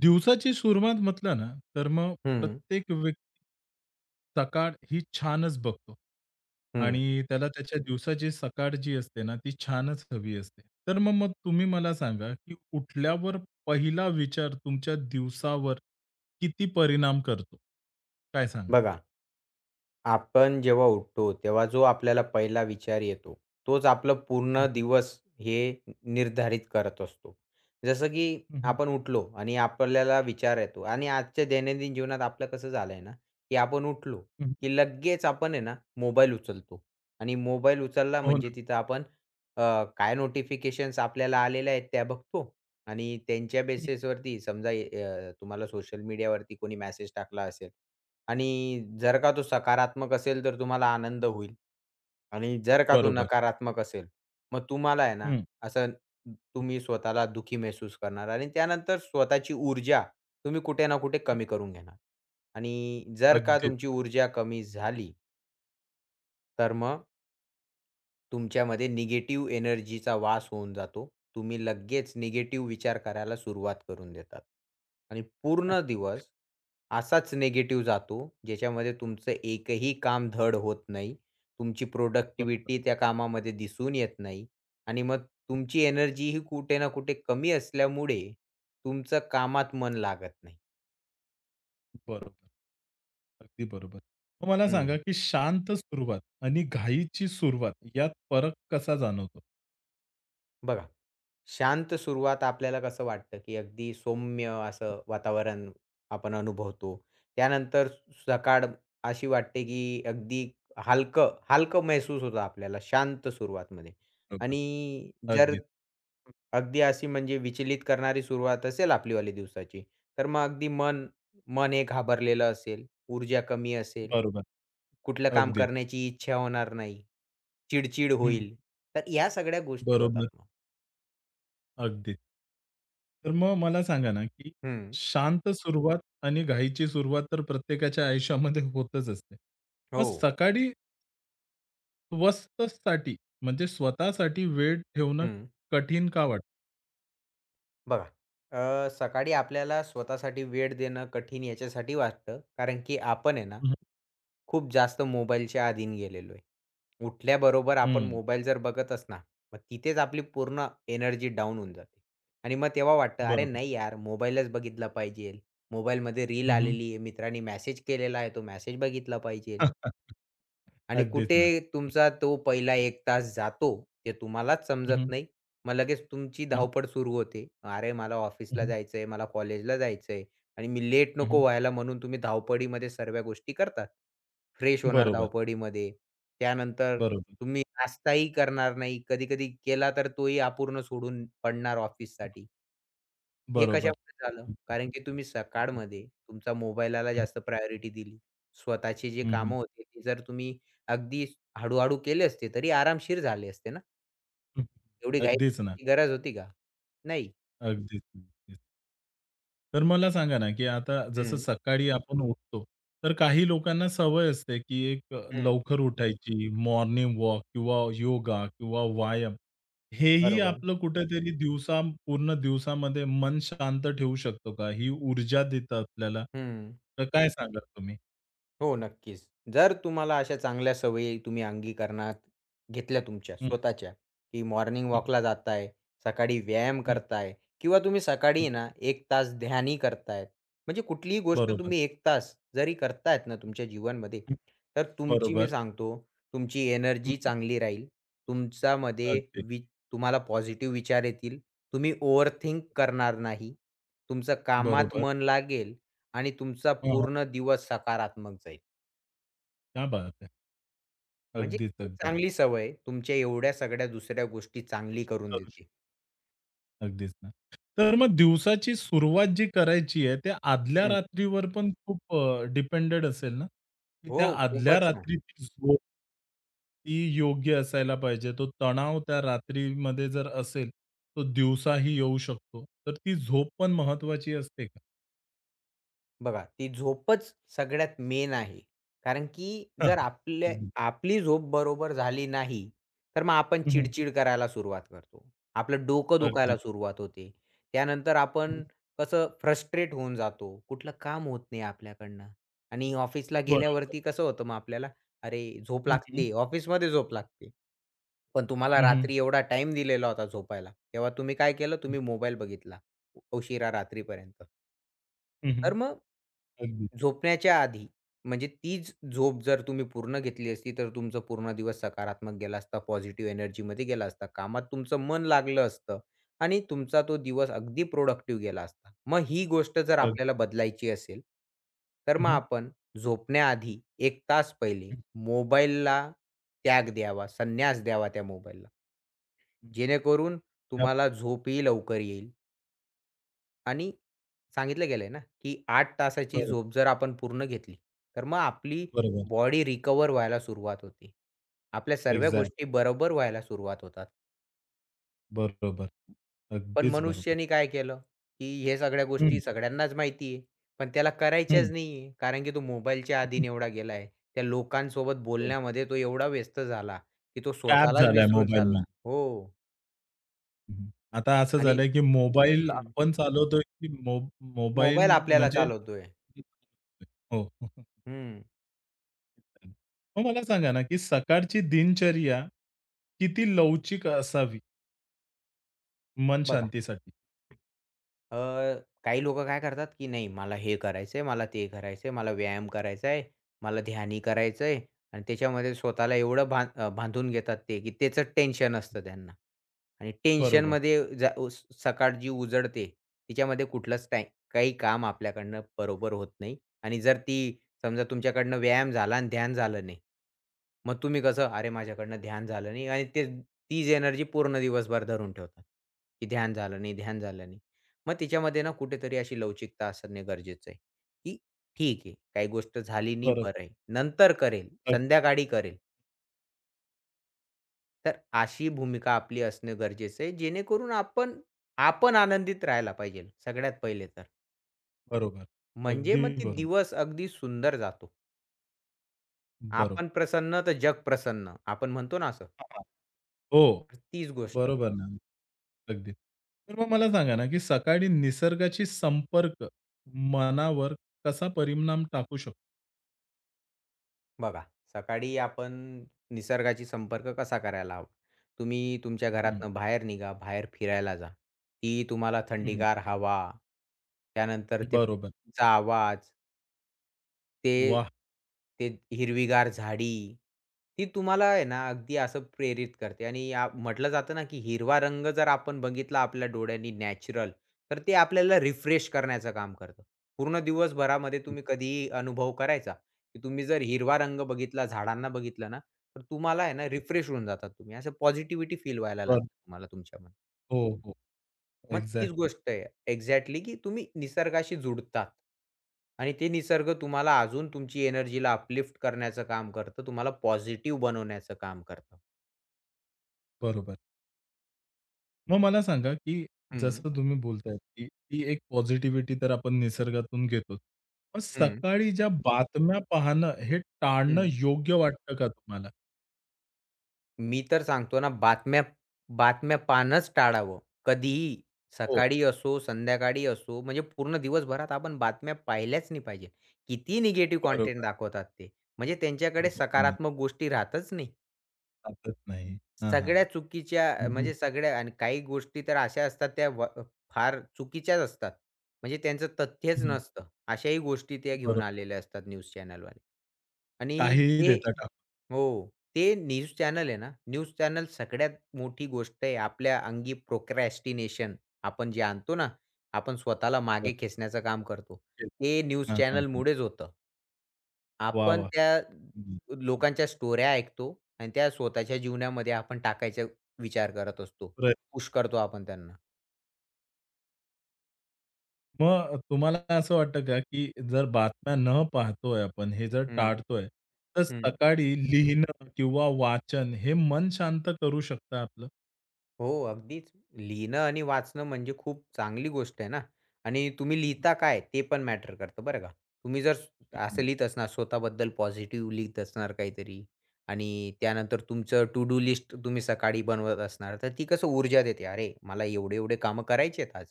दिवसाची सुरुवात म्हटलं ना, तर मग हं, प्रत्येक व्यक्ती सकाळ ही छानच बघतो हं. आणि त्याला त्याच्या दिवसाची सकाळ जी असते ना, ती छानच हवी असते. तर मग मग तुम्ही मला सांगा, की उठल्यावर पहिला विचार तुमच्या दिवसावर किती परिणाम करतो? काय सांगाल? बघा, आपण जेव्हा उठतो, तेव्हा जो आपल्याला पहिला विचार येतो, तोच आपलं हं, पूर्ण हं. दिवस हे निर्धारित करत असतो. जसं की हं, हं. आपण उठलो आणि आपल्याला विचार येतो आणि आजच्या दैनंदिन जीवनात आपलं कसं झालंय ना, की आपण उठलो, की लगेच आपण आहे ना, मोबाईल उचलतो आणि मोबाईल उचलला हो म्हणजे ना. तिथं आपण अ, काय नोटिफिकेशन्स आपल्याला आलेल्या आहेत त्या बघतो आणि त्यांच्या हं. बेसिसवरती समजा तुम्हाला सोशल मीडियावरती कोणी मेसेज टाकला असेल, आणि जर का तो सकारात्मक असेल, तर तुम्हाला आनंद होईल आणि जर का तो बरोबर. नकारात्मक असेल, मग तुम्हाला आहे ना, हं, असं हं. तुम्ही स्वतःला दुःखी महसूस करणार आणि त्यानंतर स्वतःची ऊर्जा तुम्ही कुठे ना कुठे कमी करून घेणार आणि जर का अगदीच. तुमची ऊर्जा कमी झाली, तर मग तुमच्यामध्ये निगेटिव्ह एनर्जीचा वास होऊन जातो. तुम्ही लगेच निगेटिव्ह विचार करायला सुरुवात करून देतात आणि पूर्ण दिवस असाच निगेटिव्ह जातो, ज्याच्यामध्ये तुमचं एकही काम धड होत नाही. तुमची बरोबर. प्रॉडक्टिव्हिटी त्या कामामध्ये दिसून येत नाही आणि मग तुमची एनर्जी ही कुठे ना कुठे कमी असल्यामुळे तुमचं कामात मन लागत नाही. बरोबर. अगदी बरोबर. मग मला सांगा, हं, की शांत सुरुवात आणि घाईची सुरुवात यात फरक कसा जाणवतो? बघा. शांत सुरुवात आपल्याला कसं वाटतं, की अगदी सौम्य असं वातावरण आपण अनुभवतो. त्यानंतर सकाळ अशी वाटते, की अगदी हलकं, हलकं महसूस होतं आपल्याला शांत सुरुवातमध्ये बरोबर. आणि जर अगदीच. अगदी अशी म्हणजे विचलित करणारी सुरुवात असेल आपलीवाली दिवसाची, तर मग अगदी मन मन हे घाबरलेलं असेल, ऊर्जा कमी असेल, बरोबर. कुठलं काम अगदीच. करण्याची इच्छा होणार नाही, चिड हं. होईल. तर या सगळ्या गोष्टी होतात बरोबर. मग. अगदीच. तर मग मला सांगा ना, की हं. शांत सुरुवात आणि घाईची सुरुवात तर प्रत्येकाच्या आयुष्यामध्ये होतच असते. मग हो. सकाळी स्वस्तसाठी म्हणजे स्वतःसाठी वेळ ठेवणं हं, कठीण का वाटतं? बघा सकाळी आपल्याला स्वतःसाठी वेळ देणं कठीण याच्यासाठी वाटतं कारण की आपण आहे ना हं, खूप जास्त मोबाईलच्या अधीन गेलेलो आहे. उठल्याबरोबर आपण हं. मोबाईल जर बघत असणार, मग तिथेच आपली पूर्ण एनर्जी डाउन होऊन जाते आणि मग तेव्हा वाटतं, "अरे बरोबर. नाही यार, मोबाईलच बघितला पाहिजे. मोबाईलमध्ये रील हं, हं. आलेली आहे, मित्रांनी मेसेज केलेला आहे, तो मेसेज बघितला पाहिजे." आणि अगदीच कुठे ना. तुमचा तो पहिला 1 तास जातो, ते तुम्हालाच हं, हं. समजत नाही. मग लगेच तुमची हं, धावपळ सुरू होते. अरे, मला ऑफिसला हं. जायचंय, मला कॉलेजला जायचंय आणि मी लेट नको हं, व्हायला म्हणून तुम्ही धावपळीमध्ये सर्व गोष्टी करतात. फ्रेश होणार बरोबर, धावपळीमध्ये. त्यानंतर बरोबर, तुम्ही नाश्ताही करणार नाही. कधी-कधी केला तर तोही अपूर्ण सोडून पडणार ऑफिससाठी. हे बरोबर. कशामुळे झालं? हं, हं, कारण की तुम्ही सकाळमध्ये तुमच्या मोबाईलला हं, जास्त प्रायोरिटी दिली. स्वतःची जी हं, हं, कामं होती ती जर तुम्ही अगदी हळू-हळू केले असते तरी आरामशीर झाले असते ना? हं. एवढी घाई अगदीच ना. करायची गरज होती का? नाही. अगदीच, अगदीच. तर मला सांगा ना, की आता जसं हं, सकाळी आपण उठतो, तर काही लोकांना सवय असते, की एक हं. लवकर उठायची, मॉर्निंग वॉक किंवा योगा किंवा व्यायाम. हेही बरोबर. आपलं कुठेतरी दिवसा पूर्ण दिवसामध्ये मन शांत ठेवू शकतो का? ही ऊर्जा देतं आपल्याला. हं. तर काय सांगाल तुम्ही? हो, नक्कीच. जर तुम्हाला अशा चांगल्या सवयी तुम्ही अंगीकरणात घेतल्या तुमच्या हं, स्वतःच्या, की मॉर्निंग हं, वॉकला जाताय, सकाळी व्यायाम हं, करताय किंवा तुम्ही हं. सकाळी ना 1 तास ध्यानही करतायत. म्हणजे कुठलीही गोष्ट बरोबर, तुम्ही 1 तास जरी करतायत ना तुमच्या जीवनमध्ये, हं, तर तुमची मी बरोबर. सांगतो, तुमची एनर्जी चांगली राहील. तुमच्यामध्ये अगदी. वि तुम्हाला पॉझिटिव्ह विचार येतील. तुम्ही ओव्हरथिंक करणार नाही. तुमचं कामात बरोबर. मन लागेल आणि तुमचा हां, हां. पूर्ण दिवस सकारात्मक जाईल. क्या बात है! म्हणजे अगदीच, ही अगदीच. चांगली सवय तुमच्या एवढ्या सगळ्या दुसऱ्या गोष्टी चांगली करून करू देते. शकतो. अगदीच ना. तर मग दिवसाची सुरुवात जी करायची आहे, त्या आदल्या हं. रात्रीवर पण खूप डिपेंडेड असेल ना? की हो, त्या आदल्या खूपच. रात्रीची झोप ही योग्य असायला पाहिजे. तो तणाव त्या रात्रीमध्ये जर असेल, तो दिवसाही येऊ शकतो. तर ती झोप पण महत्त्वाची असते का? बघा, ती झोपच सगळ्यात मेन आहे. कारण की हां. जर आपल्या अगदी. आपली झोप बरोबर झाली नाही, तर मग आपण हं, हं. चिड-चिड करायला सुरुवात करतो. आपलं डोकं अगदी. दुखायला सुरुवात होते. त्यानंतर हं. आपण कसं फ्रस्ट्रेट होऊन जातो. कुठलं काम होत नाही आपल्याकडनं आणि ऑफिसला बरोबर. गेल्यावरती कसं होतं मग आपल्याला, अरे झोप हं, हं. लागते, ऑफिसमध्ये झोप लागते. पण तुम्हाला हं, हं. रात्री एवढा टाईम दिलेला होता झोपायला. तेव्हा तुम्ही काय केलं? तुम्ही मोबाईल बघितला उशिरा रात्रीपर्यंत. हं, हं. तर मग अगदी. झोपण्याच्या आधी, म्हणजे तीच झोप जर तुम्ही पूर्ण घेतली असती, तर तुमचा पूर्ण दिवस सकारात्मक गेला असता, पॉझिटिव्ह एनर्जीमध्ये गेला असता. कामात तुमचं मन लागलं असतं आणि तुमचा तो दिवस अगदी प्रोडक्टिव्ह गेला असता. मग ही गोष्ट जर अगदी. आपल्याला बदलायची असेल, तर हं, मग हं. आपण झोपण्याआधी 1 तास पहिले हं, मोबाईलला त्याग द्यावा, संन्यास द्यावा त्या मोबाईलला. हं. जेणेकरून तुम्हाला झोपही लवकर येईल. आणि सांगितलं गेलंय ना, की 8 तासाची बरो झोप जर आपण पूर्ण घेतली, तर मग आपली बरोबर. बॉडी रिकव्हर व्हायला सुरुवात होती आपल्या सर्व एक्झॅक्ट. गोष्टी बरोबर व्हायला सुरुवात होतात. बरोबर. पण अगदीच बरोबर. मनुष्याने काय केलं, की हे सगळ्या हं, गोष्टी सगळ्यांनाच माहिती आहे, पण त्याला हं. करायच्याच नाही कारण की तो मोबाईलच्या अधीन एवढा गेला त्या लोकांसोबत हो. बोलण्यामध्ये तो एवढा व्यस्त झाला, की तो टॅब स्वतःलाच झालाय विसरून चालला. मोबाईलमध्ये. हो हं. आता असं आणि झालंय की मोबाईल हं, आपण चालवतोय की मोबाईल मोबाईल आपल्याला म्हणजे चालवतोय. हो. हं, मग मला सांगा ना, की सकाळची दिनचर्या किती लवचिक असावी मन बघा. शांतीसाठी? अ, काही लोकं काय करतात, की नाही मला हे करायचंय, मला ते करायचंय, मला व्यायाम करायचा आहे, मला ध्यानी करायचंय आणि त्याच्यामध्ये स्वतःला एवढं बांधून घेतात ते, की त्याचं टेन्शन असतं त्यांना आणि बरोबर, टेन्शनमध्ये जा उस सकाळ जी उजळते, तिच्यामध्ये कुठलंच टाईम काही काम आपल्याकडनं बरोबर होत नाही आणि जर ती समजा तुमच्याकडनं व्यायाम झाला आणि ध्यान झालं नाही, मग तुम्ही कसं, "अरे माझ्याकडनं ध्यान झालं नाही" आणि ते तीच एनर्जी पूर्ण दिवसभर धरून ठेवतात, की ध्यान झालं नाही, ध्यान झालं नाही. मग तिच्यामध्ये ना कुठेतरी अशी लवचिकता असणे गरजेचं आहे, की ठीक आहे, काही गोष्ट झाली नाही बरोबर. बरं आहे. नंतर करेल, अग संध्याकाळी करेल. तर अशी भूमिका आपली असणं गरजेचं आहे, जेणेकरून आपण आपण आनंदित राहायला पाहिजे सगळ्यात पहिले तर. बरोबर. म्हणजे अगदी मग ते बरोबर. दिवस अगदी सुंदर जातो. बरोबर. आपण प्रसन्न तर जग प्रसन्न. आपण म्हणतो ना असं. हां, हां. हो. तर तीच गोष्ट. बरोबर ना. अगदी. तर मग मला सांगा ना, की सकाळी निसर्गाची संपर्क मनावर कसा परिणाम टाकू शकतो? बघा, सकाळी आपण निसर्गाशी संपर्क कसा करायला हवा? तुम्ही तुमच्या हं, घरातनं बाहेर निघा, बाहेर फिरायला जा. ती तुम्हाला हं. थंडीगार हवा, त्यानंतर ते बरोबर. पक्ष्यांचा आवाज, ते वाह! ते हिरवीगार झाडी, ती तुम्हाला आहे ना अगदी असं प्रेरित करते आणि या म्हटलं जातं ना, की हिरवा रंग जर आपण बघितला आपल्या डोळ्यांनी नॅचरल, तर ते आपल्याला रिफ्रेश करण्याचं काम करतं. पूर्ण दिवसभरामध्ये तुम्ही कधीही अनुभव करायचा, की तुम्ही जर हिरवा रंग बघितला, झाडांना बघितलं ना, तर तुम्हाला आहे ना रिफ्रेश होऊन जातात तुम्ही. असं पॉझिटिव्हिटी फील व्हायला बरं. लागते तुम्हाला तुमच्यामध्ये. हो, हो. मग तीच एक्झॅक्टली. गोष्ट आहे एक्झॅक्टली, की तुम्ही निसर्गाशी जुडतात आणि ते निसर्ग तुम्हाला अजून तुमची एनर्जीला अपलिफ्ट करण्याचं काम करतं. तुम्हाला पॉझिटिव्ह बनवण्याचं काम करतं. बरोबर. मग मला सांगा, की हं, जसं तुम्ही बोलताय, की ती एक पॉझिटिव्हिटी तर आपण निसर्गातून घेतोच. मग हं. सकाळी ज्या बातम्या पाहणं हे टाळणं हं. योग्य वाटतं का तुम्हाला? मी तर सांगतो ना, बातम्या बातम्या पाहणंच टाळावं. कधीही, हो, सकाळी असो, संध्याकाळी असो, म्हणजे पूर्ण दिवसभरात आपण बातम्या पाहिल्याच नाही पाहिजे. किती निगेटिव्ह कंटेंट बरोबर. दाखवतात ते. म्हणजे हो, त्यांच्याकडे हो ना. सकारात्मक गोष्टी राहतच नाही. टाकत नाही. हां, हां. सगळ्या चुकीच्या हं, हं. म्हणजे सगळ्या आणि काही गोष्टी तर अशा असतात त्या व फार चुकीच्याच असतात. म्हणजे त्यांचं तथ्यच बरोबर. नसतं. अशाही गोष्टी त्या घेऊन आलेल्या असतात न्यूज चॅनलवाले आणि काहीही ते देता टाकून. हो. ते न्यूज चॅनल आहे ना, न्यूज चॅनल सगळ्यात मोठी गोष्ट आहे आपल्या अंगी प्रोक्रॅस्टिनेशन आपण जे आणतो ना, आपण स्वतःला मागे खेचण्याचं काम करतो. नक्कीच. ते न्यूज हां, हां, हां. चॅनलमुळेच होतं. वाह, आपण वाह! त्या हं. लोकांच्या स्टोऱ्या ऐकतो आणि त्या स्वतःच्या जीवनामध्ये आपण टाकायचा विचार करत असतो. बरं. पुश करतो आपण त्यांना. मग तुम्हाला असं वाटतं का, की जर बातम्या न पाहतोय आपण, हे जर हं, टाळतोय, तर हं. सकाळी लिहिणं किंवा वाचन हे मन शांत करू शकतं आपलं? हो, अगदीच. लिहिणं आणि वाचणं म्हणजे खूप चांगली गोष्ट आहे ना आणि तुम्ही लिहिता काय ते पण मॅटर करतं बरं का. तुम्ही जर असं हं, लिहीत असणार स्वतःबद्दल पॉझिटिव्ह लिहीत असणार काहीतरी आणि त्यानंतर तुमचं टू डू लिस्ट तुम्ही सकाळी बनवत असणार, तर ती कसं ऊर्जा देते, "अरे, मला एवढे-एवढे कामं करायची आहेत आज."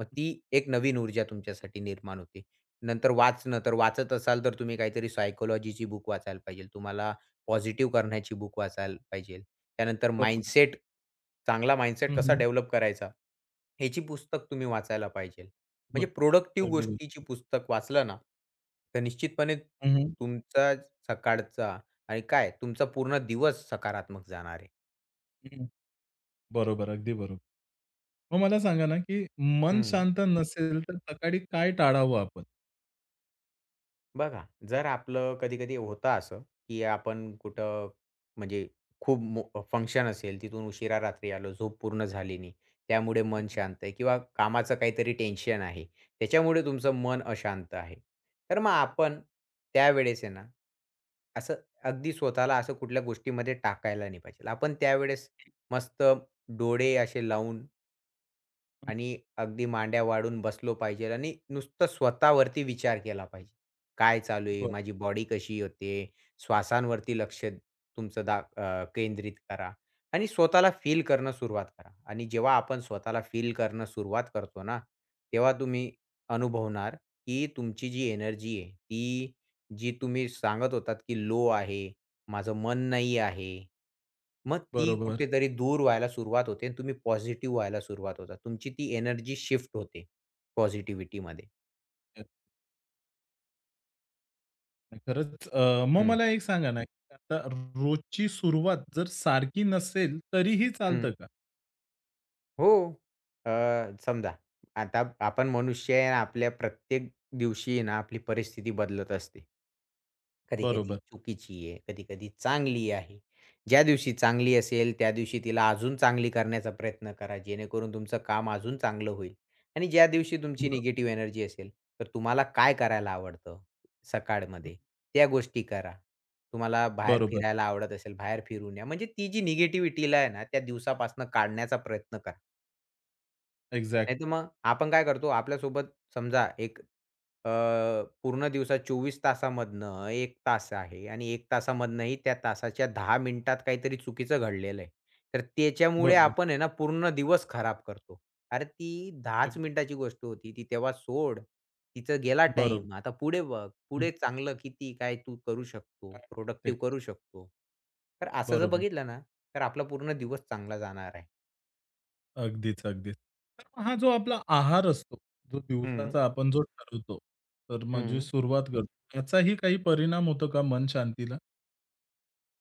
मग ती एक नवीन ऊर्जा तुमच्यासाठी निर्माण होते. नंतर वाचणं, तर वाचत असाल तर तुम्ही काहीतरी सायकॉलॉजीची बुक वाचायला पाहिजे. तुम्हाला पॉझिटिव्ह करण्याची बुक वाचायला पाहिजे. त्यानंतर बरोबर. माइंडसेट चांगला माइंडसेट हं, कसा हं. डेव्हलप करायचा, ह्याची पुस्तक तुम्ही वाचायला पाहिजे. म्हणजे बरं. प्रोडक्टिव्ह अगदी बरोबर. गोष्टीची पुस्तक वाचलं ना, तर निश्चितपणे हं, हं. तुमचा सकाळचा आणि काय तुमचा पूर्ण दिवस सकारात्मक जाणार आहे. हं, हं. बरोबर, अगदी बरोबर. मग मला सांगा ना, की मन हं. शांत नसेल तर सकाळी काय टाळावं आपण? बघा, जर आपलं कधी-कधी होतं असं, की आपण कुठं म्हणजे खूप फंक्शन असेल, तिथून उशिरा रात्री आलो, झोप पूर्ण झाली नाही, त्यामुळे हं, मन हं. शांत आहे किंवा कामाचं काहीतरी टेन्शन आहे, त्याच्यामुळे तुमचं मन अशांत आहे. तर मग आपण त्यावेळेस आहे ना, असं अगदी स्वतःला असं कुठल्या गोष्टीमध्ये टाकायला नाही पाहिजे. आपण त्यावेळेस मस्त डोळे असे लावून हं. आणि अगदी मांड्या वाढून बसलो पाहिजे आणि नुसतं स्वतःवरती विचार केला पाहिजे. काय चालू आहे? बरं. माझी बॉडी कशी होते? श्वासांवरती लक्ष तुमचं केंद्रित करा आणि स्वतःला फील करणं सुरुवात करा आणि जेव्हा आपण स्वतःला फील करणं सुरुवात करतो ना, तेव्हा तुम्ही अनुभवणार की तुमची जी एनर्जी आहे, ती जी तुम्ही सांगत होतात की लो आहे माझं मन नाही आहे. मग ती बरोबर. कुठेतरी दूर व्हायला सुरुवात होते आणि तुम्ही पॉझिटिव्ह व्हायला सुरुवात होता. तुमची ती एनर्जी शिफ्ट होते पॉझिटिव्हिटीमध्ये. नाही, खरंच मग हं, मला एक सांगा ना, आता रोजची सुरुवात जर सारखी नसेल तरीही चालतं हं. का? हो. अ, समजा आता आपण मनुष्य आहे. आपल्या प्रत्येक दिवशी आहे ना आपली परिस्थिती बदलत असते. कधी-कधी बरोबर. चुकीची आहे, कधी-कधी चांगली आहे. ज्या दिवशी चांगली असेल, त्या दिवशी तिला अजून चांगली करण्याचा प्रयत्न करा, जेणेकरून तुमचं काम अजून चांगलं होईल. आणि ज्या दिवशी तुमची बरो निगेटिव्ह एनर्जी असेल, तर तुम्हाला काय करायला आवडतं हं, सकाळमध्ये, त्या गोष्टी करा. तुम्हाला बाहेर बरोबर. फिरायला आवडत असेल, बाहेर फिरून या. म्हणजे ती जी निगेटिव्हिटीला आहे ना, त्या दिवसापासून काढण्याचा प्रयत्न करा. एक्झॅक्ट. नाहीतर मग आपण काय करतो, आपल्यासोबत समजा अ, पूर्ण दिवसात 24 तासामधनं एक तास आहे आणि एक तासामधनंही त्या तासाच्या 10 मिनिटात काहीतरी चुकीचं घडलेलं आहे. तर त्याच्यामुळे बरोबर. आपण आहे ना पूर्ण दिवस खराब करतो. अरे ती 10च अगदी मिनिटाची गोष्ट होती. ती तेव्हा सोड. तिचा गेला बरोबर. टाइम आता पुढे बघ. हं, पुढे चांगलं किती काय तू करू शकतो, प्रोडक्टिव्ह तेच. करू शकतो. तर असं जर बरोबर. बघितलं ना, तर आपला पूर्ण दिवस चांगला जाणार आहे. अगदीच, अगदीच. तर मग हा जो आपला आहार असतो, जो हं, दिवसाचा आपण जो ठरवतो, तर म्हणजे हं. सुरुवात करतो, त्याचाही काही परिणाम होतो का मन शांतीला?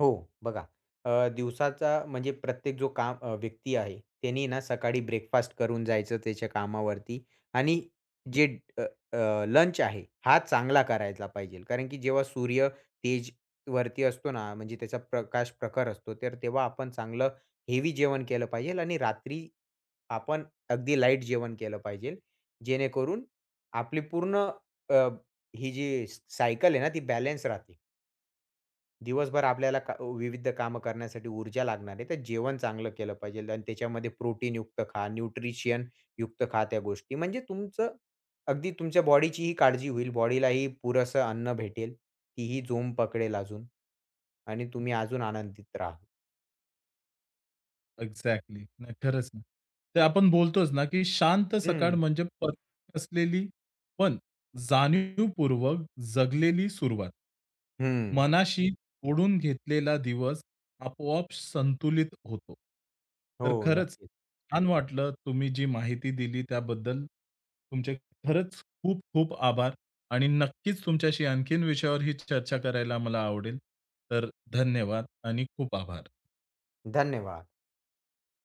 हो, बघा दिवसाचा म्हणजे प्रत्येक जो काम व्यक्ती आहे, त्यांनी ना सकाळी ब्रेकफास्ट करून जायचं त्याच्या कामावरती आणि जे लंच आहे, हा चांगला करायला पाहिजे. कारण की जेव्हा सूर्य तेज वरती असतो ना, म्हणजे त्याचा प्रकाश प्रखर असतो, तर तेव्हा आपण चांगलं हेवी जेवण केलं पाहिजे आणि रात्री आपण अगदी लाईट जेवण केलं पाहिजे. जेणेकरून आपली पूर्ण अ, ही जी सायकल आहे ना, ती बॅलन्स राहते. दिवसभर आपल्याला का विविध कामं करण्यासाठी ऊर्जा लागणार आहे, तर जेवण चांगलं केलं पाहिजे आणि त्याच्यामध्ये प्रोटीनयुक्त खा, न्यूट्रिशन युक्त खा त्या गोष्टी. म्हणजे तुमचं अगदी तुमच्या बॉडीचीही काळजी होईल, बॉडीलाही पुरेसं अन्न भेटेल, तीही जोम पकडेल अजून आणि तुम्ही अजून आनंदित राहाल. एक्झॅक्टली. नाही, खरंच ना. ते आपण बोलतोच ना, की शांत सकाळ हं, म्हणजे परफेक्ट असलेली पण जाणीवपूर्वक जगलेली सुरुवात. हं. मनाशी ओढून घेतलेला दिवस आपोआप संतुलित होतो. हो, तर खरंच नक्कीच. छान वाटलं तुम्ही जी माहिती दिली त्याबद्दल तुमचे खरंच खूप खूप आभार आणि नक्कीच तुमच्याशी आणखीन विषयावर ही चर्चा करायला मला आवडेल. तर धन्यवाद आणि खूप आभार. धन्यवाद.